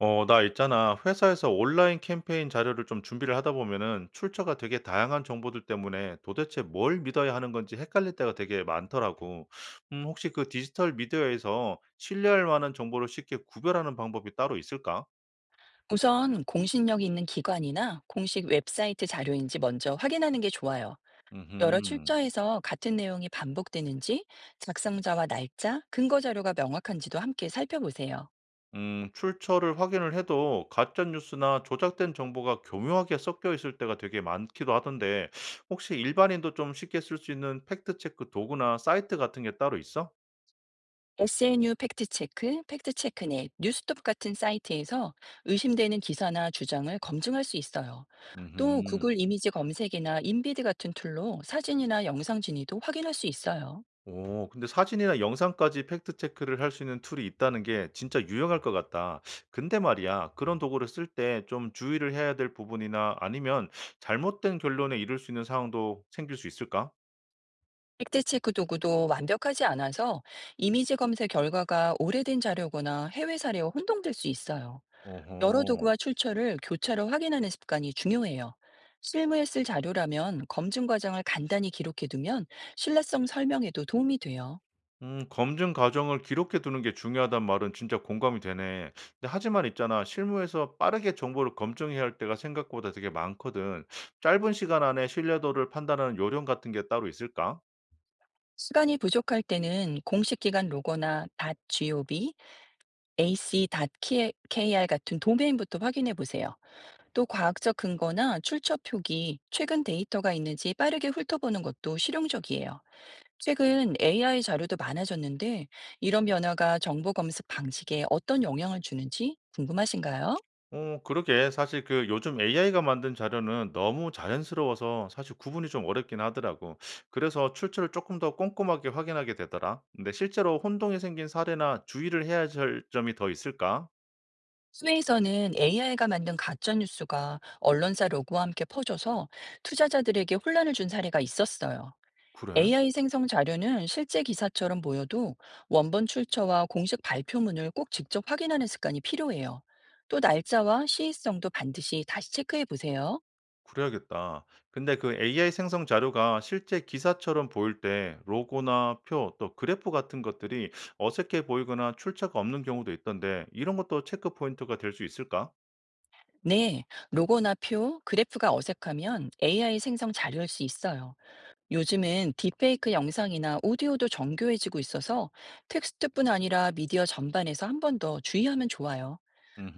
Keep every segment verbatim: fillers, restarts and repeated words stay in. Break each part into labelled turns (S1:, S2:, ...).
S1: 어, 나 있잖아. 회사에서 온라인 캠페인 자료를 좀 준비를 하다 보면은 출처가 되게 다양한 정보들 때문에 도대체 뭘 믿어야 하는 건지 헷갈릴 때가 되게 많더라고. 음, 혹시 그 디지털 미디어에서 신뢰할 만한 정보를 쉽게 구별하는 방법이 따로 있을까?
S2: 우선 공신력이 있는 기관이나 공식 웹사이트 자료인지 먼저 확인하는 게 좋아요. 여러
S1: 음,
S2: 출처에서 같은 내용이 반복되는지, 작성자와 날짜, 근거 자료가 명확한지도 함께 살펴보세요.
S1: 음, 출처를 확인을 해도 가짜 뉴스나 조작된 정보가 교묘하게 섞여 있을 때가 되게 많기도 하던데 혹시 일반인도 좀 쉽게 쓸 수 있는 팩트 체크 도구나 사이트 같은 게 따로 있어?
S2: 에스엔유 팩트체크, 팩트체크넷, 뉴스톱 같은 사이트에서 의심되는 기사나 주장을 검증할 수 있어요. 또
S1: 음.
S2: 구글 이미지 검색이나 인비드 같은 툴로 사진이나 영상 진위도 확인할 수 있어요.
S1: 오 근데 사진이나 영상까지 팩트 체크를 할 수 있는 툴이 있다는 게 진짜 유용할 것 같다. 근데 말이야, 그런 도구를 쓸 때 좀 주의를 해야 될 부분이나 아니면 잘못된 결론에 이를 수 있는 상황도 생길 수 있을까?
S2: 팩트체크 도구도 완벽하지 않아서 이미지 검색 결과가 오래된 자료거나 해외 사례와 혼동될 수 있어요. 여러
S1: 어허.
S2: 도구와 출처를 교차로 확인하는 습관이 중요해요. 실무에 쓸 자료라면 검증 과정을 간단히 기록해 두면 신뢰성 설명에도 도움이 돼요.
S1: 음, 검증 과정을 기록해 두는 게 중요하단 말은 진짜 공감이 되네. 근데 하지만 있잖아, 실무에서 빠르게 정보를 검증해야 할 때가 생각보다 되게 많거든. 짧은 시간 안에 신뢰도를 판단하는 요령 같은 게 따로 있을까?
S2: 시간이 부족할 때는 공식 기관 로고나 .gov, ac.kr 같은 도메인부터 확인해 보세요. 또 과학적 근거나 출처 표기, 최근 데이터가 있는지 빠르게 훑어보는 것도 실용적이에요. 최근 에이아이 자료도 많아졌는데 이런 변화가 정보 검색 방식에 어떤 영향을 주는지 궁금하신가요?
S1: 어 그러게. 사실 그 요즘 에이아이가 만든 자료는 너무 자연스러워서 사실 구분이 좀 어렵긴 하더라고. 그래서 출처를 조금 더 꼼꼼하게 확인하게 되더라. 근데 실제로 혼동이 생긴 사례나 주의를 해야 할 점이 더 있을까?
S2: 스웨에서는 에이아이가 만든 가짜 뉴스가 언론사 로고와 함께 퍼져서 투자자들에게 혼란을 준 사례가 있었어요.
S1: 그래?
S2: 에이아이 생성 자료는 실제 기사처럼 보여도 원본 출처와 공식 발표문을 꼭 직접 확인하는 습관이 필요해요. 또 날짜와 시의성도 반드시 다시 체크해 보세요.
S1: 그래야겠다. 근데 그 에이아이 생성 자료가 실제 기사처럼 보일 때 로고나 표 또 그래프 같은 것들이 어색해 보이거나 출처가 없는 경우도 있던데 이런 것도 체크 포인트가 될 수 있을까?
S2: 네, 로고나 표, 그래프가 어색하면 에이아이 생성 자료일 수 있어요. 요즘은 딥페이크 영상이나 오디오도 정교해지고 있어서 텍스트뿐 아니라 미디어 전반에서 한 번 더 주의하면 좋아요.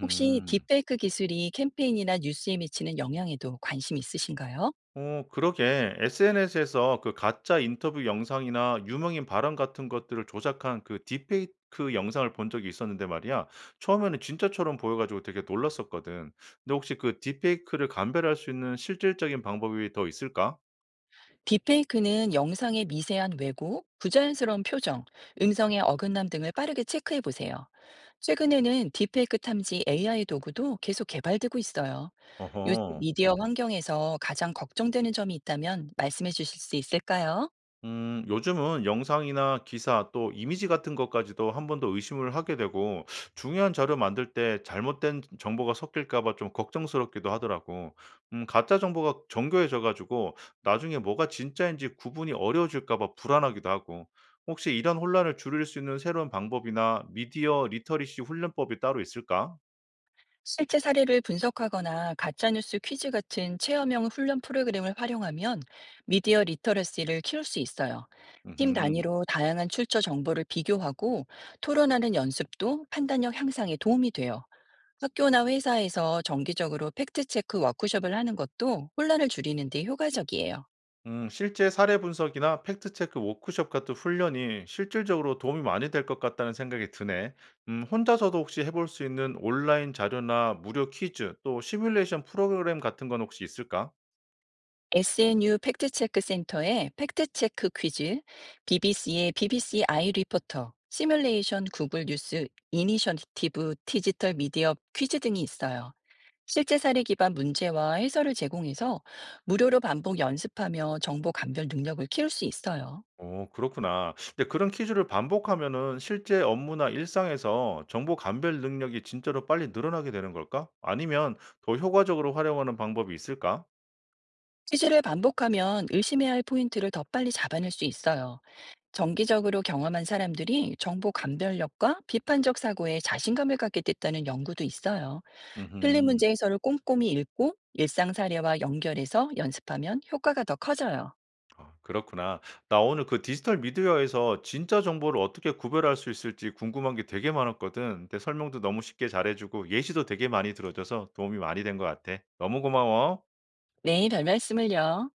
S2: 혹시 딥페이크 기술이 캠페인이나 뉴스에 미치는 영향에도 관심 있으신가요?
S1: 어 그러게. 에스엔에스에서 그 가짜 인터뷰 영상이나 유명인 발언 같은 것들을 조작한 그 딥페이크 영상을 본 적이 있었는데 말이야. 처음에는 진짜처럼 보여 가지고 되게 놀랐었거든. 근데 혹시 그 딥페이크를 감별할 수 있는 실질적인 방법이 더 있을까?
S2: 딥페이크는 영상의 미세한 왜곡, 부자연스러운 표정, 음성의 어긋남 등을 빠르게 체크해 보세요. 최근에는 딥페이크 탐지 에이아이 도구도 계속 개발되고 있어요. 요즘
S1: 어허.
S2: 미디어 환경에서 가장 걱정되는 점이 있다면 말씀해 주실 수 있을까요?
S1: 음, 요즘은 영상이나 기사 또 이미지 같은 것까지도 한 번 더 의심을 하게 되고 중요한 자료 만들 때 잘못된 정보가 섞일까 봐 좀 걱정스럽기도 하더라고. 음, 가짜 정보가 정교해져 가지고 나중에 뭐가 진짜인지 구분이 어려워질까 봐 불안하기도 하고. 혹시 이런 혼란을 줄일 수 있는 새로운 방법이나 미디어 리터리시 훈련법이 따로 있을까?
S2: 실제 사례를 분석하거나 가짜뉴스 퀴즈 같은 체험형 훈련 프로그램을 활용하면 미디어 리터러시를 키울 수 있어요. 팀
S1: 음.
S2: 단위로 다양한 출처 정보를 비교하고 토론하는 연습도 판단력 향상에 도움이 돼요. 학교나 회사에서 정기적으로 팩트체크 워크숍을 하는 것도 혼란을 줄이는 데 효과적이에요.
S1: 음, 실제 사례 분석이나 팩트체크 워크숍 같은 훈련이 실질적으로 도움이 많이 될 것 같다는 생각이 드네. 음, 혼자서도 혹시 해볼 수 있는 온라인 자료나 무료 퀴즈, 또 시뮬레이션 프로그램 같은 건 혹시 있을까?
S2: 에스엔유 팩트체크 센터의 팩트체크 퀴즈, 비비씨의 비비씨 아이 리포터, 시뮬레이션 구글 뉴스 이니셔티브 디지털 미디어 퀴즈 등이 있어요. 실제 사례 기반 문제와 해설을 제공해서 무료로 반복 연습하며 정보 감별 능력을 키울 수 있어요.
S1: 오, 그렇구나. 근데 그런 퀴즈를 반복하면은 실제 업무나 일상에서 정보 감별 능력이 진짜로 빨리 늘어나게 되는 걸까? 아니면 더 효과적으로 활용하는 방법이 있을까?
S2: 퀴즈를 반복하면 의심해야 할 포인트를 더 빨리 잡아낼 수 있어요. 정기적으로 경험한 사람들이 정보 감별력과 비판적 사고에 자신감을 갖게 됐다는 연구도 있어요. 틀린
S1: 음
S2: 문제 해설을 꼼꼼히 읽고 일상 사례와 연결해서 연습하면 효과가 더 커져요.
S1: 아 그렇구나. 나 오늘 그 디지털 미디어에서 진짜 정보를 어떻게 구별할 수 있을지 궁금한 게 되게 많았거든. 내 설명도 너무 쉽게 잘해주고 예시도 되게 많이 들어줘서 도움이 많이 된 것 같아. 너무 고마워.
S2: 네, 별 말씀을요.